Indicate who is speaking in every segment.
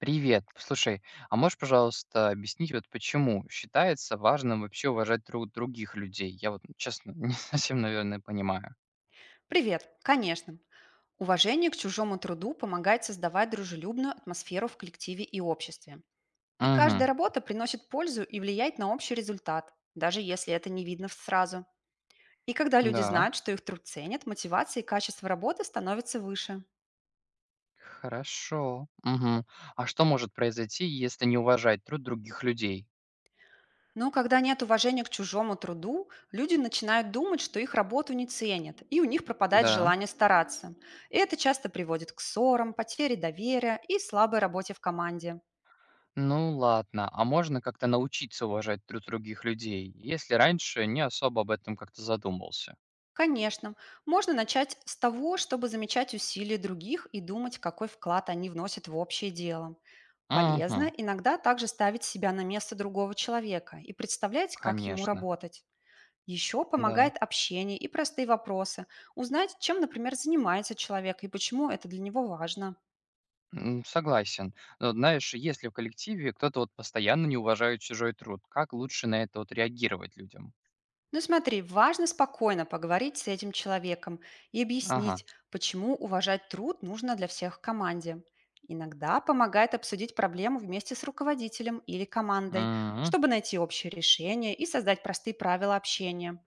Speaker 1: Привет. Слушай, а можешь, пожалуйста, объяснить, вот почему считается важным вообще уважать друг других людей? Я вот, ну, честно, не совсем, наверное, понимаю.
Speaker 2: Привет, конечно. Уважение к чужому труду помогает создавать дружелюбную атмосферу в коллективе и обществе. И
Speaker 1: Угу.
Speaker 2: каждая работа приносит пользу и влияет на общий результат, даже если это не видно сразу. И когда люди
Speaker 1: Да.
Speaker 2: знают, что их труд ценят, мотивация и качество работы становятся выше.
Speaker 1: Хорошо. Угу. А что может произойти, если не уважать труд других людей?
Speaker 2: Но когда нет уважения к чужому труду, люди начинают думать, что их работу не ценят, и у них пропадает
Speaker 1: Да.
Speaker 2: желание стараться. И это часто приводит к ссорам, потере доверия и слабой работе в команде.
Speaker 1: Ну ладно, а можно как-то научиться уважать труд других людей, если раньше не особо об этом как-то задумывался?
Speaker 2: Конечно, можно начать с того, чтобы замечать усилия других и думать, какой вклад они вносят в общее дело.
Speaker 1: Угу,
Speaker 2: Полезно иногда также ставить себя на место другого человека и представлять, как ему
Speaker 1: конечно,
Speaker 2: работать. Еще
Speaker 1: да.
Speaker 2: помогает общение и простые вопросы. Узнать, чем, например, занимается человек и почему это для него важно.
Speaker 1: М, согласен. Но вот знаешь, если в коллективе кто-то вот постоянно не уважает чужой труд, как лучше на это вот реагировать людям?
Speaker 2: Ну смотри, важно спокойно поговорить с этим человеком и объяснить,
Speaker 1: Ага.
Speaker 2: почему уважать труд нужно для всех в команде. Иногда помогает обсудить проблему вместе с руководителем или командой,
Speaker 1: Мгм.
Speaker 2: чтобы найти общее решение и создать простые правила общения.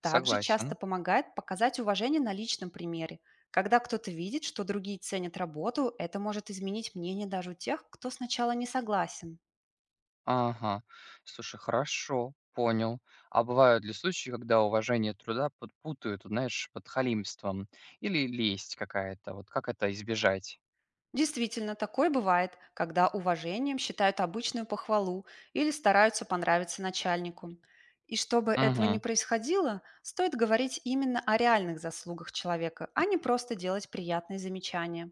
Speaker 2: Также часто
Speaker 1: Согласен.
Speaker 2: помогает показать уважение на личном примере. Когда кто-то видит, что другие ценят работу, это может изменить мнение даже у тех, кто сначала не согласен.
Speaker 1: Ага. Слушай, хорошо. Понял. А бывают ли случаи, когда уважение труда под- путают, вот знаешь, под халимством или лесть какая-то? Вот как это избежать?
Speaker 2: Действительно, такое бывает, когда уважением считают обычную похвалу или стараются понравиться начальнику. И чтобы этого не
Speaker 1: Угу.
Speaker 2: происходило, стоит говорить именно о реальных заслугах человека, а не просто делать приятные замечания.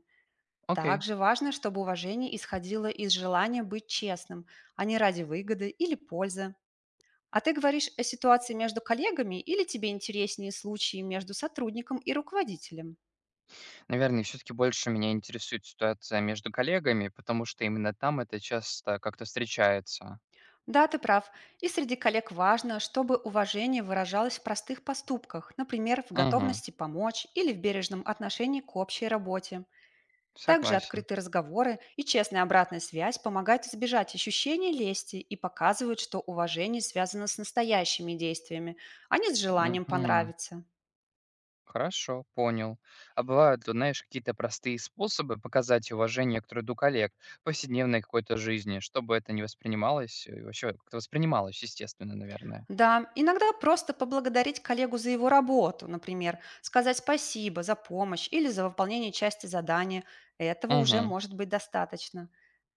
Speaker 1: Окей.
Speaker 2: Также важно, чтобы уважение исходило из желания быть честным, а не ради выгоды или пользы. А ты говоришь о ситуации между коллегами или тебе интереснее случаи между сотрудником и руководителем?
Speaker 1: Наверное, все-таки больше меня интересует ситуация между коллегами, потому что именно там это часто как-то встречается.
Speaker 2: Да, ты прав. И среди коллег важно, чтобы уважение выражалось в простых поступках, например, в
Speaker 1: Угу.
Speaker 2: готовности помочь или в бережном отношении к общей работе. Также
Speaker 1: Согласен.
Speaker 2: открытые разговоры и честная обратная связь помогают избежать ощущения лести и показывают, что уважение связано с настоящими действиями, а не с желанием
Speaker 1: Мгм.
Speaker 2: понравиться.
Speaker 1: Хорошо, понял. А бывают, вот знаешь, какие-то простые способы показать уважение к труду коллег в повседневной какой-то жизни, чтобы это не воспринималось, вообще как-то воспринималось, естественно, наверное.
Speaker 2: Да, иногда просто поблагодарить коллегу за его работу, например, сказать спасибо за помощь или за выполнение части задания. Этого уже
Speaker 1: Угу.
Speaker 2: может быть достаточно.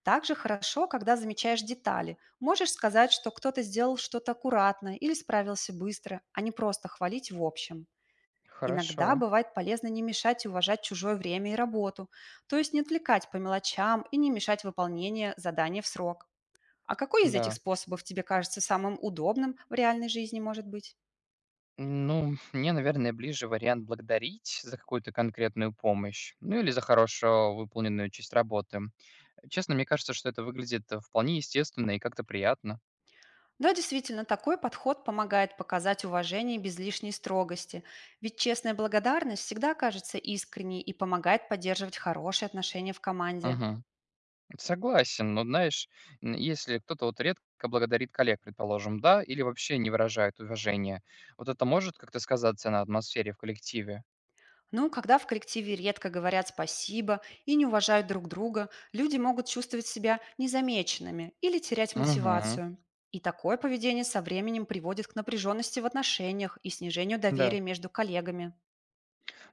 Speaker 2: Также хорошо, когда замечаешь детали. Можешь сказать, что кто-то сделал что-то аккуратно или справился быстро, а не просто хвалить в общем. Иногда
Speaker 1: Хорошо,
Speaker 2: бывает полезно не мешать и уважать чужое время и работу, то есть не отвлекать по мелочам и не мешать выполнение задания в срок. А какой из этих
Speaker 1: да.
Speaker 2: способов тебе кажется самым удобным в реальной жизни, может быть?
Speaker 1: Ну, мне, наверное, ближе вариант благодарить за какую-то конкретную помощь, ну или за хорошо выполненную часть работы. Честно, мне кажется, что это выглядит вполне естественно и как-то приятно.
Speaker 2: Да, действительно, такой подход помогает показать уважение без лишней строгости. Ведь честная благодарность всегда кажется искренней и помогает поддерживать хорошие отношения в команде.
Speaker 1: Угу. Согласен, но знаешь, если кто-то вот редко благодарит коллег, предположим, да, или вообще не выражает уважения, вот это может как-то сказаться на атмосфере в коллективе?
Speaker 2: Ну, когда в коллективе редко говорят спасибо и не уважают друг друга, люди могут чувствовать себя незамеченными или терять
Speaker 1: Угу,
Speaker 2: мотивацию. И такое поведение со временем приводит к напряженности в отношениях и снижению
Speaker 1: да.
Speaker 2: доверия между коллегами.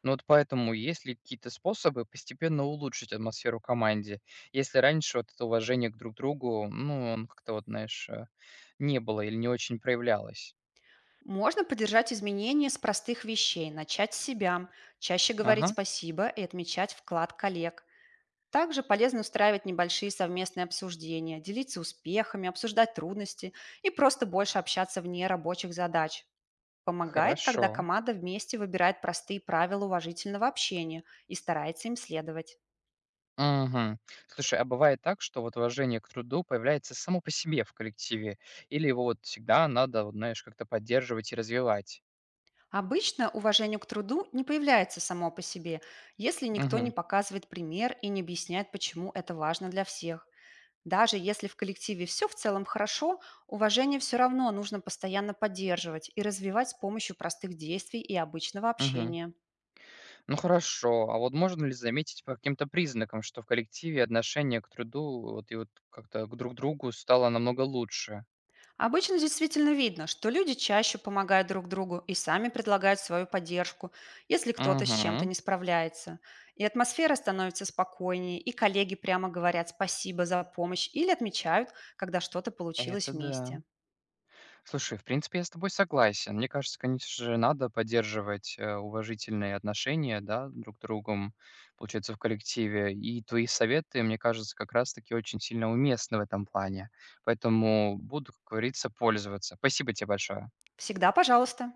Speaker 1: Ну вот поэтому есть ли какие-то способы постепенно улучшить атмосферу в команде, если раньше вот это уважение к друг другу, ну, он как-то вот, знаешь, не было или не очень проявлялось?
Speaker 2: Можно поддержать изменения с простых вещей, начать с себя, чаще говорить
Speaker 1: Ага,
Speaker 2: спасибо и отмечать вклад коллег. Также полезно устраивать небольшие совместные обсуждения, делиться успехами, обсуждать трудности и просто больше общаться вне рабочих задач. Помогает, когда
Speaker 1: хорошо.
Speaker 2: команда вместе выбирает простые правила уважительного общения и старается им следовать.
Speaker 1: Мгм. Слушай, а бывает так, что вот уважение к труду появляется само по себе в коллективе? Или его вот всегда надо, вот, знаешь, как-то поддерживать и развивать?
Speaker 2: Обычно уважение к труду не появляется само по себе, если никто не
Speaker 1: Мгм.
Speaker 2: показывает пример и не объясняет, почему это важно для всех. Даже если в коллективе все в целом хорошо, уважение все равно нужно постоянно поддерживать и развивать с помощью простых действий и обычного
Speaker 1: Мгм.
Speaker 2: общения.
Speaker 1: Ну хорошо, а вот можно ли заметить по каким-то признакам, что в коллективе отношение к труду вот, и вот как-то к друг другу стало намного лучше?
Speaker 2: Обычно действительно видно, что люди чаще помогают друг другу и сами предлагают свою поддержку, если кто-то с чем-то
Speaker 1: Угу.
Speaker 2: не справляется. И атмосфера становится спокойнее, и коллеги прямо говорят спасибо за помощь или отмечают, когда что-то получилось
Speaker 1: Это да.
Speaker 2: вместе.
Speaker 1: Слушай, в принципе, я с тобой согласен. Мне кажется, конечно же, надо поддерживать уважительные отношения, да, друг к другу, получается, в коллективе. И твои советы, мне кажется, как раз-таки очень сильно уместны в этом плане. Поэтому буду, как говорится, пользоваться. Спасибо тебе большое.
Speaker 2: Всегда пожалуйста.